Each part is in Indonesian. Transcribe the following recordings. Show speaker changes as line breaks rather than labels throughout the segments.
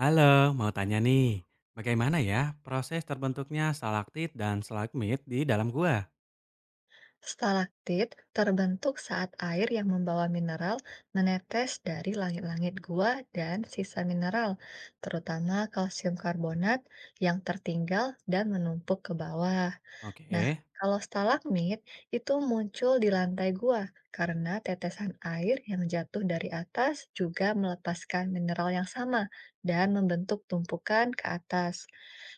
Halo, mau tanya nih, bagaimana ya proses terbentuknya stalaktit dan stalagmit di dalam gua?
Stalaktit terbentuk saat air yang membawa mineral menetes dari langit-langit gua dan sisa mineral, terutama kalsium karbonat yang tertinggal dan menumpuk ke bawah. Nah,
Oke,
kalau stalagmit itu muncul di lantai gua karena tetesan air yang jatuh dari atas juga melepaskan mineral yang sama dan membentuk tumpukan ke atas.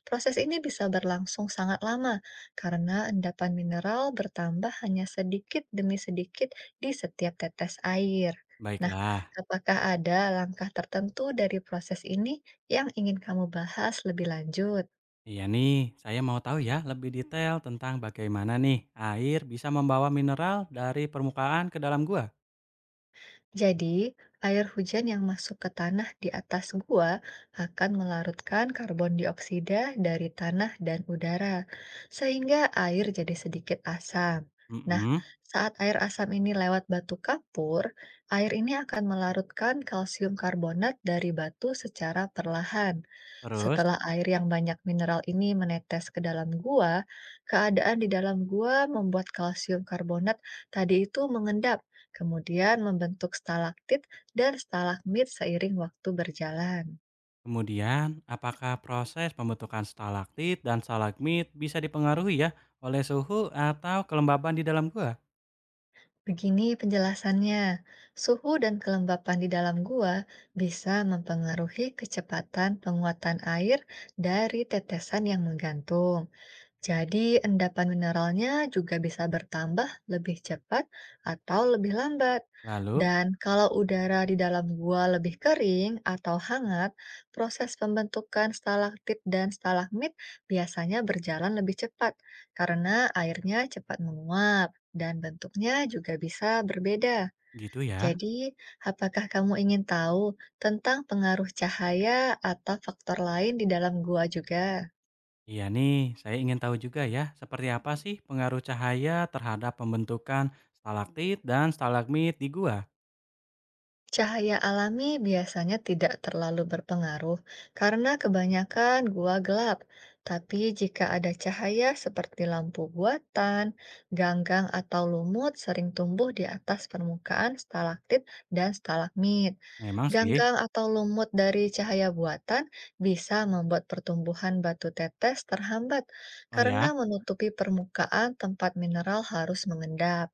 Proses ini bisa berlangsung sangat lama karena endapan mineral bertambah hanya sedikit demi sedikit di setiap tetes air. Nah,
baiklah.
apakah ada langkah tertentu dari proses ini yang ingin kamu bahas lebih lanjut?
Iya nih, saya mau tahu ya lebih detail tentang bagaimana nih air bisa membawa mineral dari permukaan ke dalam gua.
Jadi, air hujan yang masuk ke tanah di atas gua akan melarutkan karbon dioksida dari tanah dan udara, sehingga air jadi sedikit asam. Nah,
Mm-mm.
saat air asam ini lewat batu kapur, air ini akan melarutkan kalsium karbonat dari batu secara perlahan.
Terus,
Setelah air yang banyak mineral ini menetes ke dalam gua, keadaan di dalam gua membuat kalsium karbonat tadi itu mengendap kemudian membentuk stalaktit dan stalagmit seiring waktu berjalan.
kemudian apakah proses pembentukan stalaktit dan stalagmit bisa dipengaruhi ya oleh suhu atau kelembaban di dalam gua?
Begini penjelasannya, suhu dan kelembapan di dalam gua bisa mempengaruhi kecepatan penguatan air dari tetesan yang menggantung. Jadi, endapan mineralnya juga bisa bertambah lebih cepat atau lebih lambat.
Lalu,
Dan kalau udara di dalam gua lebih kering atau hangat, proses pembentukan stalaktit dan stalagmit biasanya berjalan lebih cepat karena airnya cepat menguap dan bentuknya juga bisa berbeda.
gitu ya.
Jadi, apakah kamu ingin tahu tentang pengaruh cahaya atau faktor lain di dalam gua juga?
Iya nih, saya ingin tahu juga ya, seperti apa sih pengaruh cahaya terhadap pembentukan stalaktit dan stalagmit di gua?
Cahaya alami biasanya tidak terlalu berpengaruh karena kebanyakan gua gelap. Tapi jika ada cahaya seperti lampu buatan, ganggang atau lumut sering tumbuh di atas permukaan stalaktit dan stalagmit.
Memang sih.
Ganggang atau lumut dari cahaya buatan bisa membuat pertumbuhan batu tetes terhambat
Oh
karena
ya,
menutupi permukaan tempat mineral harus mengendap.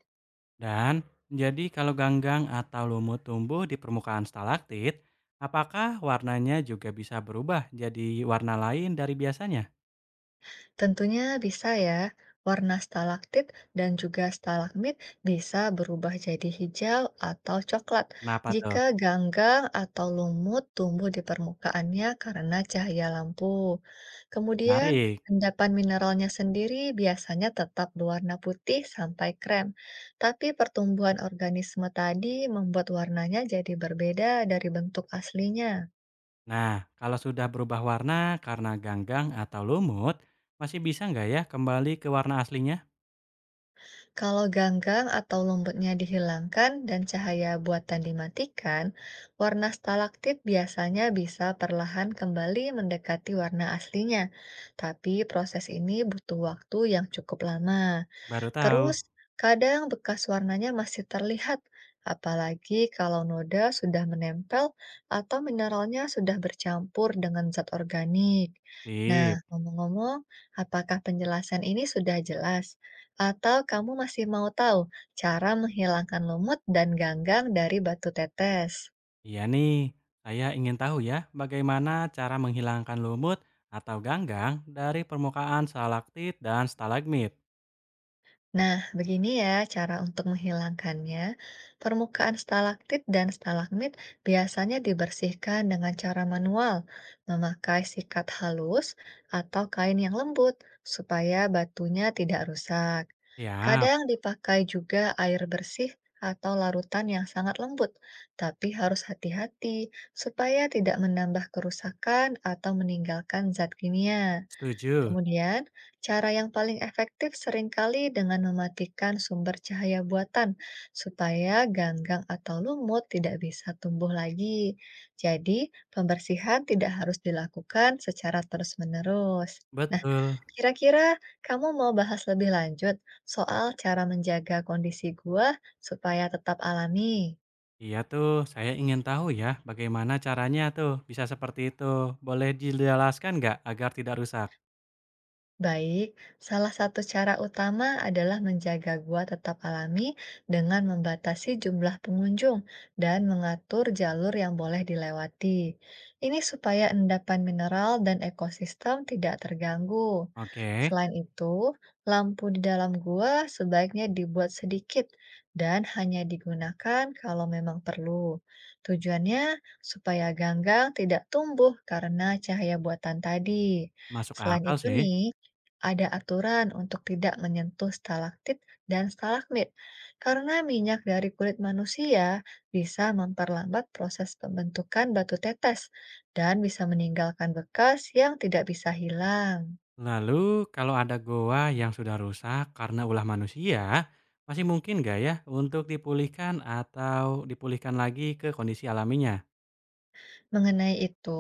dan jadi kalau ganggang atau lumut tumbuh di permukaan stalaktit, apakah warnanya juga bisa berubah jadi warna lain dari biasanya?
Tentunya bisa ya. Warna stalaktit dan juga stalagmit bisa berubah jadi hijau atau coklat
Kenapa tuh?
jika ganggang atau lumut tumbuh di permukaannya karena cahaya lampu. Kemudian,
Menarik.
endapan mineralnya sendiri biasanya tetap berwarna putih sampai krem, tapi pertumbuhan organisme tadi membuat warnanya jadi berbeda dari bentuk aslinya.
Nah, kalau sudah berubah warna karena ganggang atau lumut, masih bisa nggak ya kembali ke warna aslinya?
Kalau ganggang atau lumpurnya dihilangkan dan cahaya buatan dimatikan, warna stalaktit biasanya bisa perlahan kembali mendekati warna aslinya. Tapi proses ini butuh waktu yang cukup lama.
Baru tahu.
Terus, kadang bekas warnanya masih terlihat, apalagi kalau noda sudah menempel atau mineralnya sudah bercampur dengan zat organik. Nah,
Sip.
ngomong-ngomong, apakah penjelasan ini sudah jelas? Atau kamu masih mau tahu cara menghilangkan lumut dan ganggang dari batu tetes?
Iya nih, saya ingin tahu ya bagaimana cara menghilangkan lumut atau ganggang dari permukaan stalaktit dan stalagmit.
Nah, begini ya cara untuk menghilangkannya. Permukaan stalaktit dan stalagmit biasanya dibersihkan dengan cara manual, memakai sikat halus atau kain yang lembut supaya batunya tidak rusak.
Siap,
Kadang dipakai juga air bersih atau larutan yang sangat lembut, tapi harus hati-hati supaya tidak menambah kerusakan atau meninggalkan zat kimia.
setuju.
Kemudian, cara yang paling efektif seringkali dengan mematikan sumber cahaya buatan supaya ganggang atau lumut tidak bisa tumbuh lagi. Jadi, pembersihan tidak harus dilakukan secara terus-menerus. Nah,
Betul.
kira-kira kamu mau bahas lebih lanjut soal cara menjaga kondisi gua supaya tetap alami?
Iya tuh, saya ingin tahu ya bagaimana caranya tuh bisa seperti itu. Boleh dijelaskan nggak agar tidak rusak?
Baik, salah satu cara utama adalah menjaga gua tetap alami dengan membatasi jumlah pengunjung dan mengatur jalur yang boleh dilewati. Ini supaya endapan mineral dan ekosistem tidak terganggu.
Oke,
Selain itu, lampu di dalam gua sebaiknya dibuat sedikit dan hanya digunakan kalau memang perlu. Tujuannya supaya ganggang tidak tumbuh karena cahaya buatan tadi.
masuk
Selain
akal
itu
sih.
nih, ada aturan untuk tidak menyentuh stalaktit dan stalagmit, karena minyak dari kulit manusia bisa memperlambat proses pembentukan batu tetes dan bisa meninggalkan bekas yang tidak bisa hilang.
Lalu kalau ada goa yang sudah rusak karena ulah manusia, masih mungkin nggak ya untuk dipulihkan atau dipulihkan lagi ke kondisi alaminya?
Mengenai itu,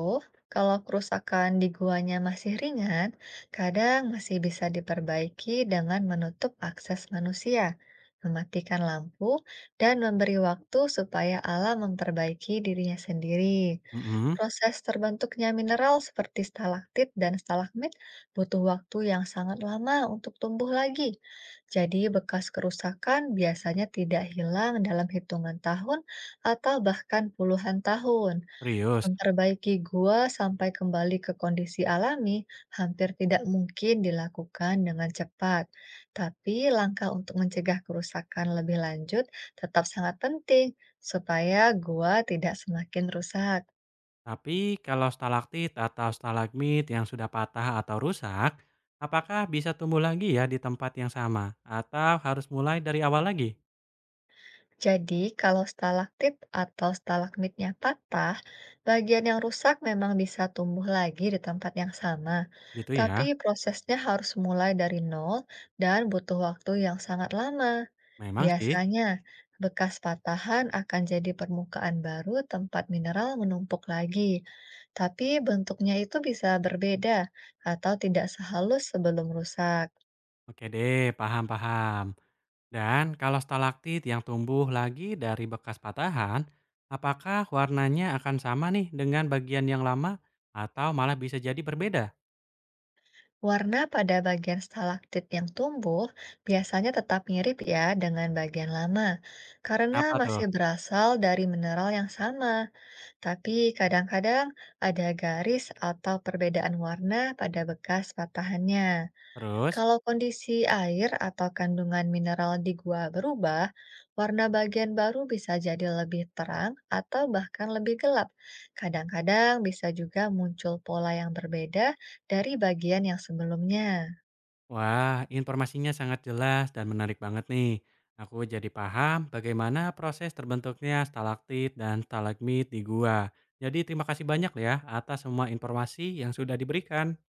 kalau kerusakan di guanya masih ringan, kadang masih bisa diperbaiki dengan menutup akses manusia, mematikan lampu, dan memberi waktu supaya alam memperbaiki dirinya sendiri.
Mhm,
Proses terbentuknya mineral seperti stalaktit dan stalagmit butuh waktu yang sangat lama untuk tumbuh lagi. Jadi, bekas kerusakan biasanya tidak hilang dalam hitungan tahun atau bahkan puluhan tahun.
serius?
Memperbaiki gua sampai kembali ke kondisi alami hampir tidak mungkin dilakukan dengan cepat, tapi langkah untuk mencegah kerusakan lebih lanjut tetap sangat penting supaya gua tidak semakin rusak.
Tapi kalau stalaktit atau stalagmit yang sudah patah atau rusak, apakah bisa tumbuh lagi ya di tempat yang sama? Atau harus mulai dari awal lagi?
Jadi, kalau stalaktit atau stalagmitnya patah, bagian yang rusak memang bisa tumbuh lagi di tempat yang sama,
Gitu ya?
tapi prosesnya harus mulai dari nol dan butuh waktu yang sangat lama.
Memang sih.
Biasanya, bekas patahan akan jadi permukaan baru tempat mineral menumpuk lagi, tapi bentuknya itu bisa berbeda atau tidak sehalus sebelum rusak.
Oke deh, paham-paham. Dan kalau stalaktit yang tumbuh lagi dari bekas patahan, apakah warnanya akan sama nih dengan bagian yang lama? Atau malah bisa jadi berbeda?
Warna pada bagian stalaktit yang tumbuh biasanya tetap mirip ya dengan bagian lama, karena
Apa tuh?
masih berasal dari mineral yang sama, tapi kadang-kadang ada garis atau perbedaan warna pada bekas patahannya.
Terus?
Kalau kondisi air atau kandungan mineral di gua berubah, warna bagian baru bisa jadi lebih terang atau bahkan lebih gelap. Kadang-kadang bisa juga muncul pola yang berbeda dari bagian yang sebelumnya.
Wah, informasinya sangat jelas dan menarik banget nih. Aku jadi paham bagaimana proses terbentuknya stalaktit dan stalagmit di gua. Jadi terima kasih banyak ya atas semua informasi yang sudah diberikan.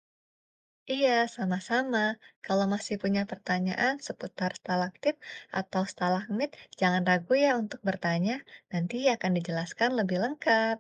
Iya, sama-sama. Kalau masih punya pertanyaan seputar stalaktit atau stalagmit, jangan ragu ya untuk bertanya. Nanti akan dijelaskan lebih lengkap.